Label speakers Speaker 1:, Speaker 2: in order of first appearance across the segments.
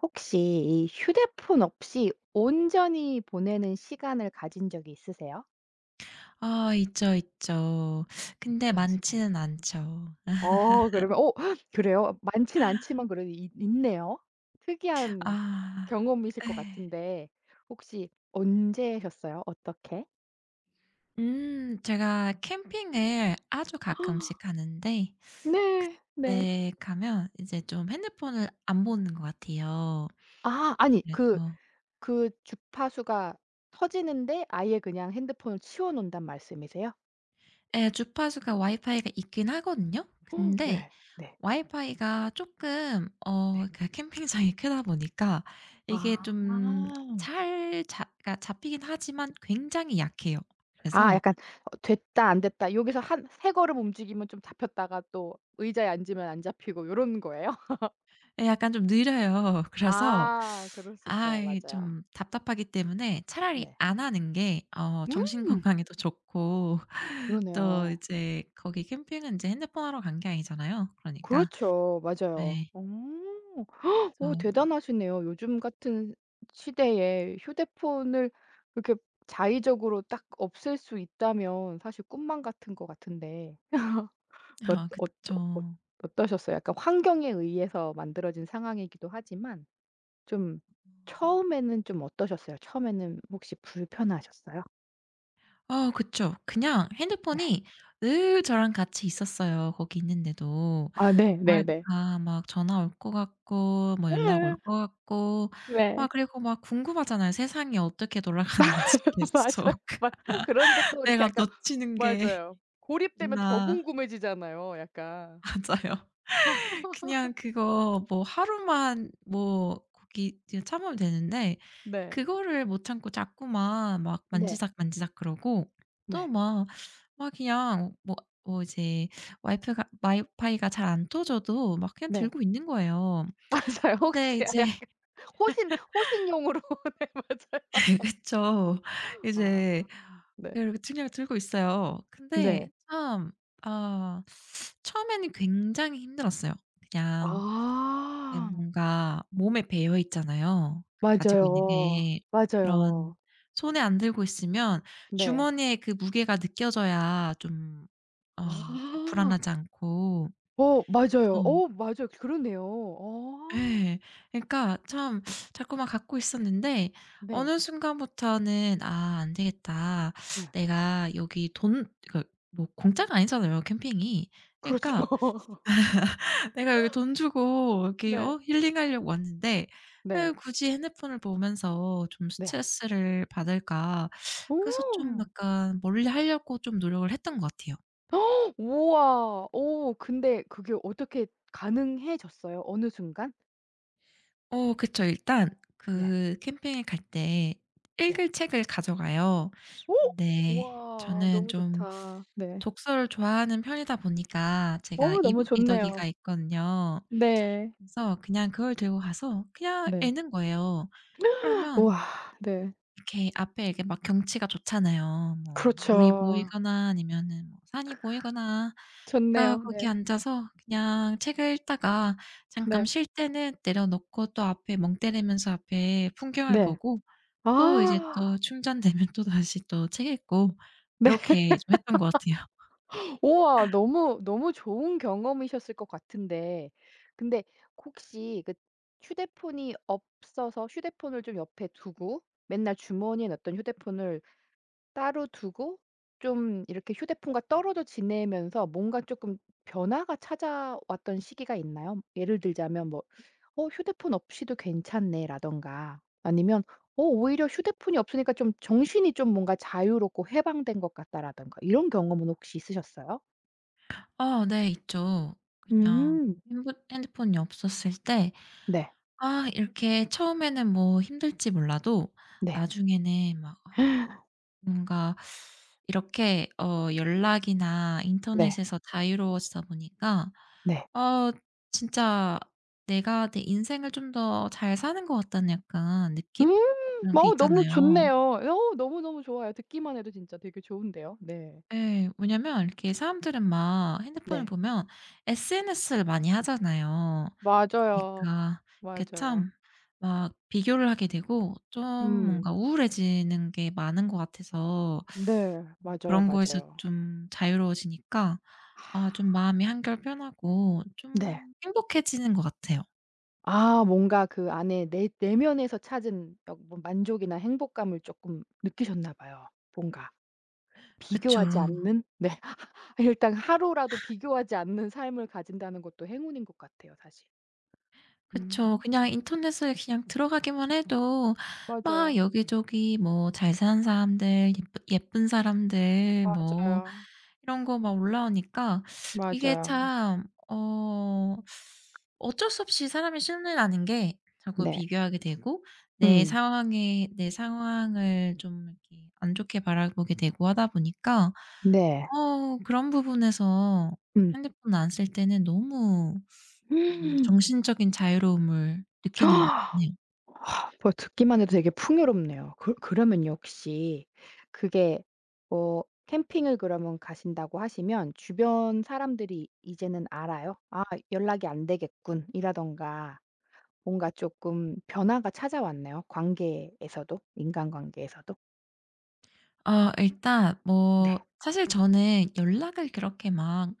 Speaker 1: 혹시 이 휴대폰 없이 온전히 보내는 시간을 가진 적이 있으세요?
Speaker 2: 아 있죠, 있죠. 근데
Speaker 1: 어떤
Speaker 2: 많지는
Speaker 1: 시간이었어요?
Speaker 2: 않죠.
Speaker 1: 그러면 그래요? 많진 않지만 그래도 있 있네요. 특이한
Speaker 2: 아,
Speaker 1: 경험이실 것
Speaker 2: 예.
Speaker 1: 같은데 혹시 언제셨어요? 어떻게?
Speaker 2: 제가 캠핑을 아주 가끔씩 가 는데
Speaker 1: 네. 네.
Speaker 2: 네, 가면 이제 좀 핸드폰을 안 보는 것 같아요.
Speaker 1: 아 아니 그
Speaker 2: 그래도,
Speaker 1: 주파수가 터지는데 아예 그냥 핸드폰을 치워 놓는단 말씀이세요?
Speaker 2: 예, 주파수가 와이파이가 있긴 하거든요. 근데
Speaker 1: 네. 네.
Speaker 2: 와이파이가 쪼끔
Speaker 1: 네.
Speaker 2: 그 캠핑장이 크다 보니까 이게 좀
Speaker 1: 아.
Speaker 2: 잘 잡 그러니까 잡히긴 하지만 굉장히 약해요.
Speaker 1: 아
Speaker 2: 그래서,
Speaker 1: 약간 '됐다. 안 됐다.' 여기서 한 세 걸음 움직이면 좀 잡혔다가 또 의자에 앉으면 안 잡히고 요런 거예요?
Speaker 2: 예, 약간 좀 느려요. 그래서
Speaker 1: 아 그럴 수 있어요.
Speaker 2: 이게
Speaker 1: 맞아요.
Speaker 2: 좀 답답하기 때문에 차라리
Speaker 1: 네.
Speaker 2: 안 하는 게 정신
Speaker 1: 음,
Speaker 2: 건강에도 좋고, 또
Speaker 1: 그러네요.
Speaker 2: 이제 거기 캠핑은 이제 핸드폰 하러 간 게 아니잖아요. 그러니까,
Speaker 1: 그렇죠. 맞아요.
Speaker 2: 네.
Speaker 1: 어. 어
Speaker 2: 그래서,
Speaker 1: 대단하시네요. 요즘 같은 시대에 휴대폰을 이렇게 자의적으로 딱 없앨 수 있다면 사실 꿈만 같은 것 같은데 어 어 어
Speaker 2: 그쵸.
Speaker 1: 어떠셨어요? 약간 환경에 의해서 만들어진 상황이기도 하지만 좀 처음에는 좀 어떠셨어요? 처음에는 혹시 불편하셨어요?
Speaker 2: 그쵸. 그냥
Speaker 1: 네.
Speaker 2: 핸드폰이 늘 저랑 같이 있었어요, 거기 있는데도.
Speaker 1: 아 네,
Speaker 2: 뭐
Speaker 1: 네네.
Speaker 2: 까막 전화 올 것 같고, 뭐 연락 올
Speaker 1: 예.
Speaker 2: 것 같고, 막,
Speaker 1: 네.
Speaker 2: 그리고 막 궁금하잖아요. 세상이 어떻게 돌아가는지 계속.
Speaker 1: 맞아요. 맞 그런데 또 이렇게
Speaker 2: '내가
Speaker 1: 약간
Speaker 2: 놓치는 게
Speaker 1: 맞아요. 고립되면 더
Speaker 2: 있나.'
Speaker 1: 궁금해지잖아요 약간.
Speaker 2: 맞아요. 그냥 그거 뭐 하루만, 뭐 거기 이제 참으면 되는데,
Speaker 1: 네.
Speaker 2: 그거를 못 참고 자꾸만 막
Speaker 1: 네.
Speaker 2: 만지작 만지작 그러고, 또
Speaker 1: 네.
Speaker 2: 막 그냥 뭐 이제 와이프가 와이파이가 잘 안 터져도 막 그냥
Speaker 1: 네.
Speaker 2: 들고 있는 거예요.
Speaker 1: 맞아요.
Speaker 2: 근데
Speaker 1: 혹시 아
Speaker 2: 이제
Speaker 1: 약간 호신용으로 네 맞아요.
Speaker 2: 그쵸. 이제
Speaker 1: 아 네.
Speaker 2: 그렇게 책을 들고 있어요. 근데
Speaker 1: 네.
Speaker 2: 참, 아 처음에는 굉장히 힘들었어요. 그냥, 내,
Speaker 1: 아
Speaker 2: 뭔가 몸에 배어 있잖아요, 가지고 있는
Speaker 1: 맞아요.
Speaker 2: 게.
Speaker 1: 맞아요.
Speaker 2: 그런, 손에 안 들고 있으면
Speaker 1: 네.
Speaker 2: 주머니에 그 무게가 느껴져야 좀 어 이렇게
Speaker 1: 아.
Speaker 2: 불안하지 않고.
Speaker 1: 어 맞아요.
Speaker 2: 어
Speaker 1: 어 맞아요. 그러네요. 어.
Speaker 2: 예. 그러니까 참 자꾸만 갖고 있었는데,
Speaker 1: 네.
Speaker 2: 어느 순간부터는 '아, 안 되겠다.
Speaker 1: 네.
Speaker 2: 내가 여기 돈', 그러니까 뭐 공짜가 아니잖아요, 캠핑이.
Speaker 1: 그렇죠.
Speaker 2: 그러니까 '내가 여기 돈 주고 여기
Speaker 1: 네.
Speaker 2: 힐링하려고 왔는데 에
Speaker 1: 네.
Speaker 2: 굳이 핸드폰을 보면서 좀
Speaker 1: 네.
Speaker 2: 스트레스를 받을까.' 그래서 좀
Speaker 1: 오.
Speaker 2: 약간 멀리하려고 좀 노력을 했던 것 같아요.
Speaker 1: 우와. 오 근데 그게 어떻게 가능해졌어요? 어느 순간?
Speaker 2: 그쵸. 일단,
Speaker 1: 네.
Speaker 2: 그 캠핑에 갈 때
Speaker 1: 네.
Speaker 2: 읽을 책을 가져가요.
Speaker 1: 오.
Speaker 2: 네.
Speaker 1: 우와.
Speaker 2: 저는
Speaker 1: 너무
Speaker 2: 좀
Speaker 1: 좋다. 네.
Speaker 2: 독서를 좋아하는 편이다 보니까 제가
Speaker 1: 어 너무
Speaker 2: 이북 리더기가
Speaker 1: 좋네요.
Speaker 2: 있거든요.
Speaker 1: 네.
Speaker 2: 그래서 그냥 그걸 들고 가서 그냥
Speaker 1: 네.
Speaker 2: 읽는 거예요. 그러면
Speaker 1: 우와. 네.
Speaker 2: 이렇게 앞에 이렇게 막 경치가 좋잖아요. 뭐 물이
Speaker 1: 그렇죠.
Speaker 2: 보이거나, 아니면은 뭐 산이 보이거나. 그러니까
Speaker 1: 좋네요.
Speaker 2: 거기
Speaker 1: 네.
Speaker 2: 앉아서 그냥 책을 읽다가 잠깐
Speaker 1: 네.
Speaker 2: 쉴 때는 내려놓고, 또 앞에 멍 때리면서 앞에 풍경을
Speaker 1: 네.
Speaker 2: 보고, 또 이제 또
Speaker 1: 아.
Speaker 2: 충전되면 또다시 또 책 읽고,
Speaker 1: 네.
Speaker 2: 이렇게 좀 했던 것 같아요.
Speaker 1: 우와. 너무 너무 좋은 경험이셨을 것 같은데 근데 혹시 그 휴대폰이 없어서 휴대폰을 좀 옆에 두고 맨날 주머니에 넣었던 휴대폰을 따로 두고 좀 이렇게 휴대폰과 떨어져 지내면서 뭔가 조금 변화가 찾아왔던 시기가 있나요? 예를 들자면 뭐 '어 휴대폰 없이도 괜찮네.'라든가 아니면 '어 오히려 휴대폰이 없으니까 좀 정신이 좀 뭔가 자유롭고 해방된 것 같다.'라든가 이런 경험은 혹시 있으셨어요?
Speaker 2: 네, 있죠. 그냥
Speaker 1: 음.
Speaker 2: 핸부 핸드폰이 없었을 때,
Speaker 1: 네.
Speaker 2: 이렇게 처음에는 뭐 힘들지 몰라도
Speaker 1: 네.
Speaker 2: 나중에는 막 '아, 뭔가 이렇게 연락이나
Speaker 1: 네.
Speaker 2: 인터넷에서 자유로워지다 보니까
Speaker 1: 네.
Speaker 2: 어 진짜 내가 내 인생을 좀 더 잘 사는 것 같다'는 약간 느낌?
Speaker 1: 음.
Speaker 2: 그런 게
Speaker 1: 어 너무
Speaker 2: 있잖아요.
Speaker 1: 좋네요. 어 너무너무 좋아요. 듣기만 해도 진짜 되게 좋은데요. 네.
Speaker 2: 예. 왜냐면 이렇게 사람들은 막 핸드폰을
Speaker 1: 네.
Speaker 2: 보면 SNS를 많이 하잖아요.
Speaker 1: 맞아요.
Speaker 2: 그니까 그게
Speaker 1: 맞아요.
Speaker 2: 참 막 비교를 하게 되고, 좀
Speaker 1: 음.
Speaker 2: 뭔가 우울해지는 게 많은 것 같아서,
Speaker 1: 네. 맞아요,
Speaker 2: 그런 거에서
Speaker 1: 맞아요.
Speaker 2: 좀 자유로워지니까 좀 마음이 한결 편하고
Speaker 1: 네.
Speaker 2: 좀 행복해지는 것 같아요.
Speaker 1: 아 뭔가 그 안에 내 내면에서 찾은 어 뭐 만족이나 행복감을 쪼끔 느끼셨나 봐요. 뭔가
Speaker 2: 그쵸.
Speaker 1: 비교하지 않는 네. 일단 하루라도 비교하지 않는 삶을 가진다는 것도 행운인 것 같아요 사실.
Speaker 2: 그쵸.
Speaker 1: 음.
Speaker 2: 그냥 인터넷에 그냥 들어가기만 해도 막
Speaker 1: 맞아요.
Speaker 2: 여기저기 뭐 잘 사는 사람들, 예쁘 예쁜 사람들, 뭐
Speaker 1: 맞아요.
Speaker 2: 이런 거 막 올라오니까, 이게
Speaker 1: 맞아요.
Speaker 2: 참, 어 어쩔 수 없이 사람이 심리라는 게 자꾸
Speaker 1: 네.
Speaker 2: 비교하게 되고, 내
Speaker 1: 음.
Speaker 2: 상황에 내 상황을 좀 이렇게 안 좋게 바라보게 되고 하다 보니까,
Speaker 1: 네.
Speaker 2: 그런 부분에서
Speaker 1: 음.
Speaker 2: 핸드폰 안 쓸 때는 너무, 정신적인 자유로움을 느끼는 것 같네요.
Speaker 1: 뭐 듣기만 해도 되게 풍요롭네요. 그러면 역시 그게 뭐 캠핑을 그러면 가신다고 하시면 주변 사람들이 이제는 알아요? '아 연락이 안 되겠군.' 이라든가 뭔가 조금 변화가 찾아왔네요 관계에서도? 인간관계에서도?
Speaker 2: 일단, 뭐
Speaker 1: 네.
Speaker 2: 사실 저는 연락을 그렇게 막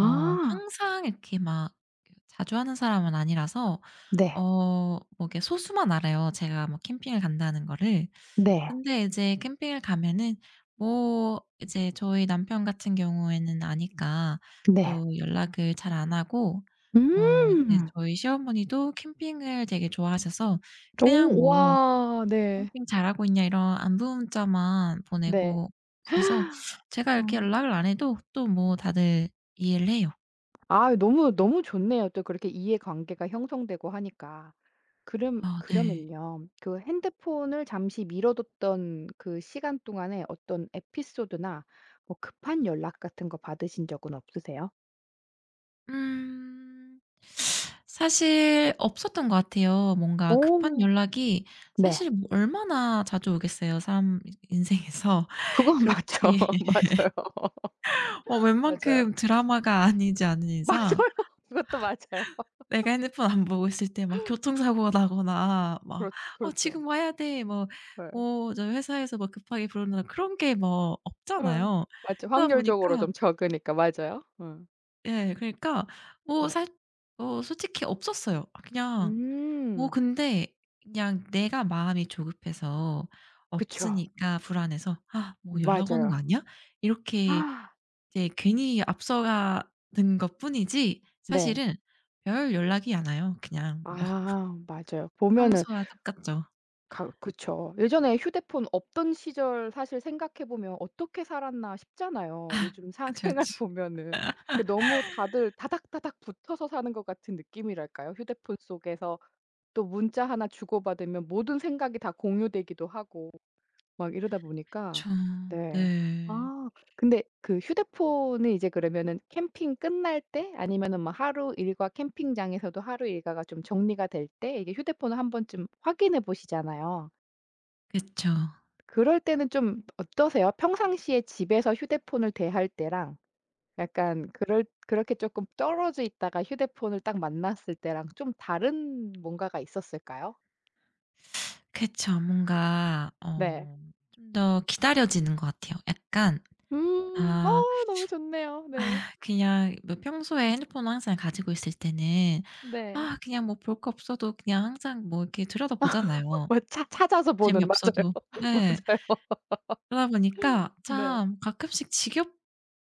Speaker 2: 항상 이렇게 막 그 자주 하는 사람은 아니라서,
Speaker 1: 네.
Speaker 2: 뭐 이게 소수만 알아요, 제가 뭐 캠핑을 간다는 거를.
Speaker 1: 네.
Speaker 2: 근데 이제 캠핑을 가면은 뭐 이제 저희 남편 같은 경우에는 아니까
Speaker 1: 네.
Speaker 2: 또 연락을 잘 안 하고, 이제
Speaker 1: 음.
Speaker 2: 저희 시어머니도 캠핑을 되게 좋아하셔서 그냥
Speaker 1: 오
Speaker 2: 뭐
Speaker 1: 와 네.
Speaker 2: 캠핑 잘하고 있냐 이런 안부 문자만
Speaker 1: 네.
Speaker 2: 보내고, 그래서 제가 이렇게
Speaker 1: 음.
Speaker 2: 연락을 안 해도 또 뭐 다들 이해를 해요.
Speaker 1: 아 너무 너무 좋네요. 또 그렇게 이해관계가 형성되고 하니까. 그럼
Speaker 2: 아, 네.
Speaker 1: 그러면요. 그 핸드폰을 잠시 미뤄뒀던 그 시간 동안에 어떤 에피소드나 뭐 급한 연락 같은 거 받으신 적은 없으세요?
Speaker 2: 음. 사실 없었던 것 같아요. 뭔가 급한
Speaker 1: 오.
Speaker 2: 연락이,
Speaker 1: 네.
Speaker 2: 사실 뭐 얼마나 자주 오겠어요, 사람 인생에서.
Speaker 1: 그건 맞죠.
Speaker 2: 그렇게.
Speaker 1: 맞아요. 맞아요.
Speaker 2: 웬만큼 드라마가 아니지 않은 이상
Speaker 1: 맞아요. 그것도 맞아요.
Speaker 2: 내가 핸드폰 안 보고 있을 때 막 교통사고가 나거나 막 "어
Speaker 1: 그렇죠.
Speaker 2: 지금 와야 돼.", 뭐
Speaker 1: 예.
Speaker 2: 뭐 저 회사에서 뭐 급하게 부르거나, 그런 게 뭐
Speaker 1: 어
Speaker 2: 없잖아요.
Speaker 1: 맞죠.
Speaker 2: 그러다
Speaker 1: 확률적으로
Speaker 2: 보니까,
Speaker 1: 좀 적으니까. 맞아요. 예.
Speaker 2: 예. 그러니까 뭐
Speaker 1: 예.
Speaker 2: 살 뭐 솔직히 없었어요. 그냥 뭐,
Speaker 1: 음.
Speaker 2: 근데 그냥 내가 마음이 조급해서,
Speaker 1: 그쵸.
Speaker 2: 없으니까 불안해서 '아, 뭐 연락 오는 거
Speaker 1: 맞아요.
Speaker 2: 아니야?' 이렇게
Speaker 1: 아
Speaker 2: 이제 괜히 앞서가는 것뿐이지,
Speaker 1: 네.
Speaker 2: 사실은 별 연락이 안 와요. 그냥 뭐
Speaker 1: 아 맞아요. 보면은
Speaker 2: 평소와 똑같죠.
Speaker 1: 가 그쵸. 예전에 휴대폰 없던 시절 사실 생각해 보면 '어떻게 살았나.' 싶잖아요. 요즘 사
Speaker 2: 그쵸,
Speaker 1: 생활
Speaker 2: 그쵸.
Speaker 1: 보면은. 그 너무 다들 다닥다닥 붙어서 사는 것 같은 느낌이랄까요? 휴대폰 속에서 또 문자 하나 주고받으면 모든 생각이 다 공유되기도 하고. 막 이러다 보니까
Speaker 2: 그쵸.
Speaker 1: 네.
Speaker 2: 네.
Speaker 1: 아 근데 그 휴대폰은 이제 그러면은 캠핑 끝날 때 아니면은 뭐 하루 일과 캠핑장에서도 하루 일과가 좀 정리가 될 때 이게 휴대폰을 한 번쯤 확인해 보시잖아요.
Speaker 2: 그쵸.
Speaker 1: 그럴 때는 좀 어떠세요? 평상시에 집에서 휴대폰을 대할 때랑 약간 그럴 그렇게 조금 떨어져 있다가 휴대폰을 딱 만났을 때랑 좀 다른 뭔가가 있었을까요?
Speaker 2: 그쵸. 뭔가
Speaker 1: 네.
Speaker 2: 좀 더 기다려지는 것 같아요, 약간.
Speaker 1: 음. 어
Speaker 2: 아
Speaker 1: 너무 좋네요. 네.
Speaker 2: 그냥 뭐 평소에 핸드폰을 항상 가지고 있을 때는,
Speaker 1: 네.
Speaker 2: 그냥 뭐 볼 거 없어도 그냥 항상 뭐 이렇게 들여다보잖아요,
Speaker 1: 왜 차 찾아서 보는 맞아요.
Speaker 2: 재미없어도. 네.
Speaker 1: 맞아요.
Speaker 2: 그러다 보니까
Speaker 1: 네.
Speaker 2: 참, 가끔씩 지겹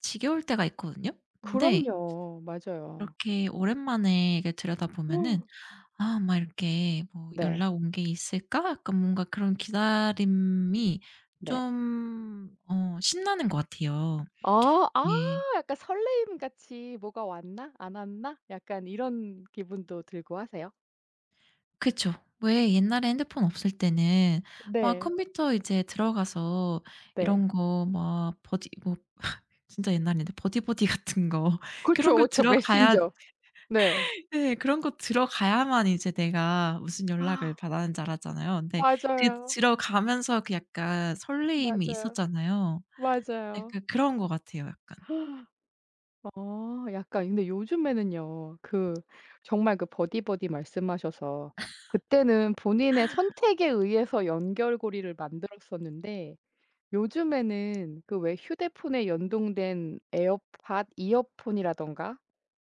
Speaker 2: 지겨울 때가 있거든요. 근데
Speaker 1: 그럼요. 맞아요.
Speaker 2: 이렇게 오랜만에 이게 들여다보면은, '아, 막 이렇게 뭐
Speaker 1: 네.
Speaker 2: 연락 온 게 있을까?', 약간 뭔가 그런 기다림이
Speaker 1: 네.
Speaker 2: 좀 신나는 것 같아요.
Speaker 1: 어 아
Speaker 2: 네.
Speaker 1: 약간 설레임 같이 '뭐가 왔나? 안 왔나?' 약간 이런 기분도 들고 하세요?
Speaker 2: 그쵸. 왜, 옛날에 핸드폰 없을 때는 막
Speaker 1: 네.
Speaker 2: 컴퓨터 이제 들어가서
Speaker 1: 네.
Speaker 2: 이런 거, 막 버디 뭐 진짜 옛날인데, 버디버디 같은 거
Speaker 1: 그
Speaker 2: 그런
Speaker 1: 죠그
Speaker 2: 걸
Speaker 1: 죠
Speaker 2: 들어가야
Speaker 1: 메신저. 네.
Speaker 2: 네, 그런 거 들어가야만 이제 내가 무슨 연락을
Speaker 1: 아
Speaker 2: 받았는지 알았잖아요. 근데 그
Speaker 1: 맞아요.
Speaker 2: 들어가면서 그 약간 설레임이
Speaker 1: 맞아요.
Speaker 2: 있었잖아요.
Speaker 1: 맞아요.
Speaker 2: 약간 그런 것 같아요, 약간.
Speaker 1: 어 약간 근데 요즘에는요. 그 정말 그 버디버디 말씀하셔서 그때는 본인의 선택에 의해서 연결고리를 만들었었는데 요즘에는 그 왜 휴대폰에 연동된 에어팟, 이어폰이라든가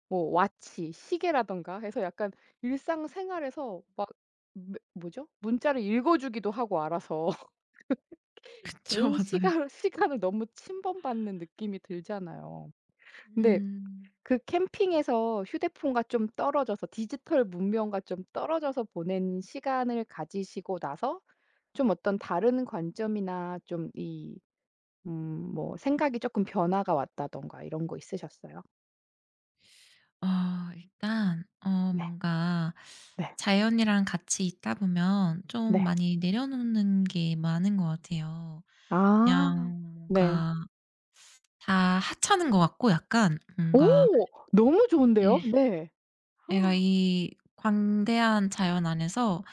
Speaker 1: 뭐 와치, 시계라든가 해서 약간 일상생활에서 막 매- 뭐죠? 문자를 읽어 주기도 하고 알아서
Speaker 2: 그쵸.
Speaker 1: 개인
Speaker 2: 맞아요.
Speaker 1: 시간을 너무 침범받는 느낌이 들잖아요. 근데
Speaker 2: 음.
Speaker 1: 그 캠핑에서 휴대폰과 좀 떨어져서 디지털 문명과 좀 떨어져서 보낸 시간을 가지시고 나서 좀 어떤 다른 관점이나 좀 이 뭐 생각이 쪼끔 변화가 왔다든가 이런 거 있으셨어요?
Speaker 2: 일단,
Speaker 1: 네.
Speaker 2: 뭔가
Speaker 1: 네.
Speaker 2: 자연이랑 같이 있다 보면 좀
Speaker 1: 네.
Speaker 2: 많이 내려놓는 게 많은 것 같아요.
Speaker 1: 아.
Speaker 2: 그냥
Speaker 1: 네.
Speaker 2: 뭔가 다 하찮은 것 같고, 약간
Speaker 1: 오.
Speaker 2: 뭔가.
Speaker 1: 너무 좋은데요?
Speaker 2: 예.
Speaker 1: 네.
Speaker 2: 내가 이 광대한 자연 안에서,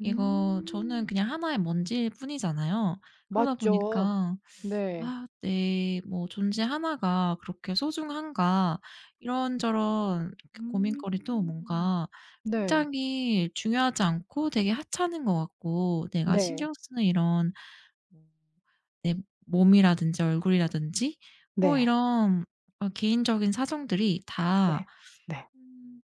Speaker 2: 이거, 저는
Speaker 1: 음.
Speaker 2: 그냥 하나의 먼지일 뿐이잖아요. 그러다
Speaker 1: 맞죠.
Speaker 2: 보니까,
Speaker 1: 네.
Speaker 2: 아, 네. 뭐 '존재 하나가 그렇게 소중한가.' 이런저런 이렇게 고민거리도
Speaker 1: 음.
Speaker 2: 뭔가
Speaker 1: 네.
Speaker 2: 굉장히 중요하지 않고 되게 하찮은 것 같고, 내가
Speaker 1: 네.
Speaker 2: 신경 쓰는 이런, 뭐 내 몸이라든지 얼굴이라든지, 뭐
Speaker 1: 네.
Speaker 2: 이런 개인적인 사정들이 다,
Speaker 1: 네. 네.
Speaker 2: 음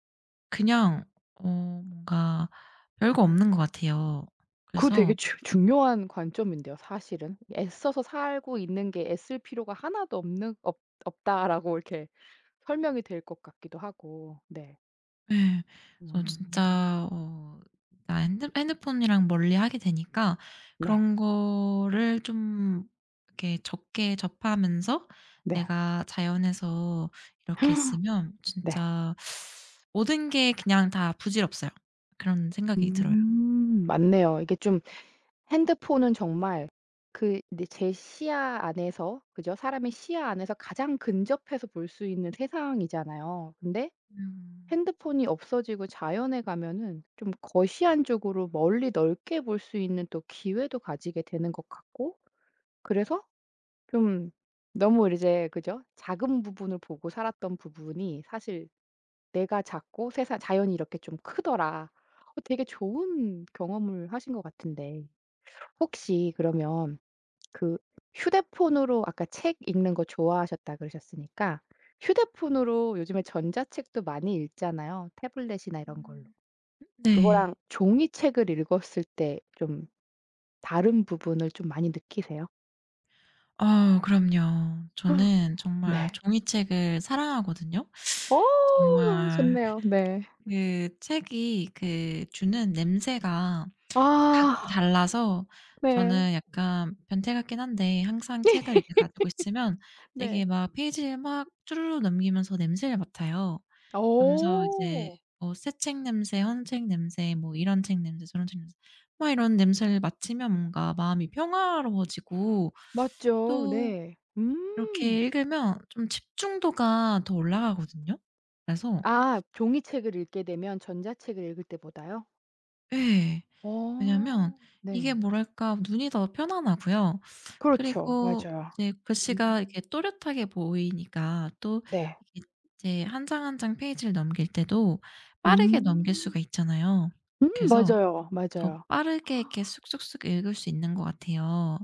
Speaker 2: 그냥 뭔가 별거 없는 것 같아요.
Speaker 1: 그 되게
Speaker 2: 그래서,
Speaker 1: 주 중요한 관점인데요 사실은. 애써서 살고 있는 게 '애쓸 필요가 하나도 없는 없 없다.'라고 이렇게 설명이 될 것 같기도 하고. 네.
Speaker 2: 예. 그래서
Speaker 1: 음.
Speaker 2: 진짜 나, 핸드폰이랑 멀리하게 되니까
Speaker 1: 네.
Speaker 2: 그런 거를 좀 이렇게 적게 접하면서
Speaker 1: 네.
Speaker 2: 내가 자연에서 이렇게 있으면
Speaker 1: 네.
Speaker 2: 진짜 모든 게 그냥 다 부질없어요. 그런 생각이 들어요.
Speaker 1: 음. 맞네요. 이게 좀 핸드폰은 정말 그제제 시야 안에서 그죠? 사람의 시야 안에서 가장 근접해서 볼 수 있는 세상이잖아요. 근데
Speaker 2: 음.
Speaker 1: 핸드폰이 없어지고 자연에 가면은 좀 거시한 쪽으로 멀리 넓게 볼 수 있는 또 기회도 가지게 되는 것 같고 그래서 좀 너무 이제 그죠? 작은 부분을 보고 살았던 부분이 사실 '내가 작고 세상 자연이 이렇게 좀 크더라.' 어 되게 좋은 경험을 하신 것 같은데 혹시 그러면 그 휴대폰으로 아까 책 읽는 거 좋아하셨다 그러셨으니까 휴대폰으로 요즘에 전자책도 많이 읽잖아요, 태블릿이나 이런 걸로.
Speaker 2: 음. 네.
Speaker 1: 그거랑 종이책을 읽었을 때 좀 다른 부분을 좀 많이 느끼세요?
Speaker 2: 아, 그럼요. 저는 정말
Speaker 1: 네.
Speaker 2: 종이책을 사랑하거든요.
Speaker 1: 어 너무
Speaker 2: 정말
Speaker 1: 좋네요. 네.
Speaker 2: 그 책이 그 주는 냄새가 각기
Speaker 1: 아
Speaker 2: 달라서,
Speaker 1: 네.
Speaker 2: 저는 약간 변태 같긴 한데, 항상 책을 이렇게 가지고 있으면 되게
Speaker 1: 네.
Speaker 2: 막 페이지를 막 주르르 넘기면서 냄새를 맡아요. 그러면서 이제
Speaker 1: 어
Speaker 2: 뭐 새 책 냄새, 헌 책 냄새, 뭐 이런 책 냄새, 저런 책 냄새, 막 이런 냄새를 맡으면 뭔가 마음이 평화로워지고,
Speaker 1: 맞죠.
Speaker 2: 또
Speaker 1: 네. 음.
Speaker 2: 이렇게 읽으면 좀 집중도가 더 올라가거든요. 그래서.
Speaker 1: 아 종이책을 읽게 되면 전자책을 읽을 때보다요?
Speaker 2: 예. 왜냐면
Speaker 1: 어
Speaker 2: 이게,
Speaker 1: 네.
Speaker 2: 뭐랄까, 눈이 더 편안하고요.
Speaker 1: 그렇죠.
Speaker 2: 그리고
Speaker 1: 맞아요.
Speaker 2: 이제 글씨가 이렇게
Speaker 1: 음.
Speaker 2: 또렷하게 보이니까, 또
Speaker 1: 네.
Speaker 2: 이게 이제 한 장 한 장 페이지를 넘길 때도 빠르게 넘길 수가
Speaker 1: 음.
Speaker 2: 있잖아요. 그래서
Speaker 1: 맞아요,
Speaker 2: 더
Speaker 1: 맞아요.
Speaker 2: 빠르게 이렇게 쑥쑥쑥 읽을 수 있는 것 같아요.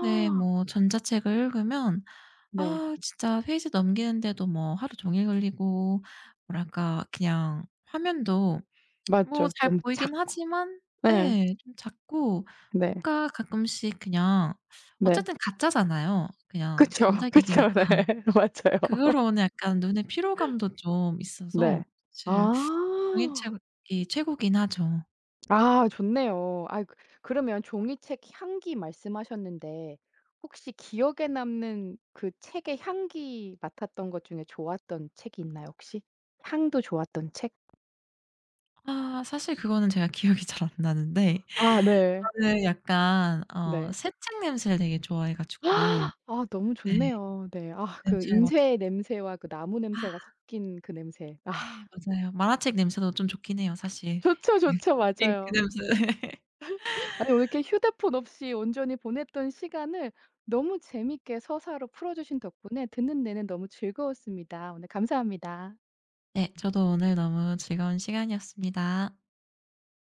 Speaker 2: 네, 뭐 전자책을 읽으면
Speaker 1: 네.
Speaker 2: 진짜 페이지 넘기는데도 뭐 하루 종일 걸리고, 뭐랄까 그냥 화면도 뭐
Speaker 1: 맞죠.
Speaker 2: 잘
Speaker 1: 너무
Speaker 2: 보이긴
Speaker 1: 작고.
Speaker 2: 하지만,
Speaker 1: 네.
Speaker 2: 예, 좀 작고
Speaker 1: 네.
Speaker 2: 뭔가 가끔씩 그냥
Speaker 1: 네.
Speaker 2: 어쨌든 가짜잖아요. 그냥
Speaker 1: 그쵸. 그쵸.
Speaker 2: 전자기기니까.
Speaker 1: 네. 맞아요.
Speaker 2: 그거로 오는 약간 눈의 피로감도 좀 있어서
Speaker 1: 네.
Speaker 2: 사실 종이
Speaker 1: 아.
Speaker 2: 책이 최고긴 하죠.
Speaker 1: 아 좋네요. 그러면 종이책 향기 말씀하셨는데 혹시 기억에 남는 그 책의 향기 맡았던 것 중에 좋았던 책이 있나요 혹시? 향도 좋았던 책?
Speaker 2: 아, 사실 그거는 제가 기억이 잘 안 나는데,
Speaker 1: 아 네.
Speaker 2: 저는 약간
Speaker 1: 네.
Speaker 2: 새 책 냄새를 되게 좋아해 가지고.
Speaker 1: 아 너무
Speaker 2: 네.
Speaker 1: 좋네요. 네. 아 그
Speaker 2: 냄새를 맡으
Speaker 1: 인쇄 냄새와 그 나무 냄새가
Speaker 2: 아
Speaker 1: 섞인 그 냄새. 아
Speaker 2: 예, 맞아요. 만화책 냄새도 좀 좋긴 해요, 사실.
Speaker 1: 좋죠,
Speaker 2: 그
Speaker 1: 좋죠.
Speaker 2: 잉크
Speaker 1: 맞아요.
Speaker 2: 냄새.
Speaker 1: 아니 오늘 이렇게 휴대폰 없이 온전히 보냈던 시간을 너무 재밌게 서사로 풀어주신 덕분에 듣는 내내 너무 즐거웠습니다. 오늘 감사합니다.
Speaker 2: 네. 저도 오늘 너무 즐거운 시간이었습니다.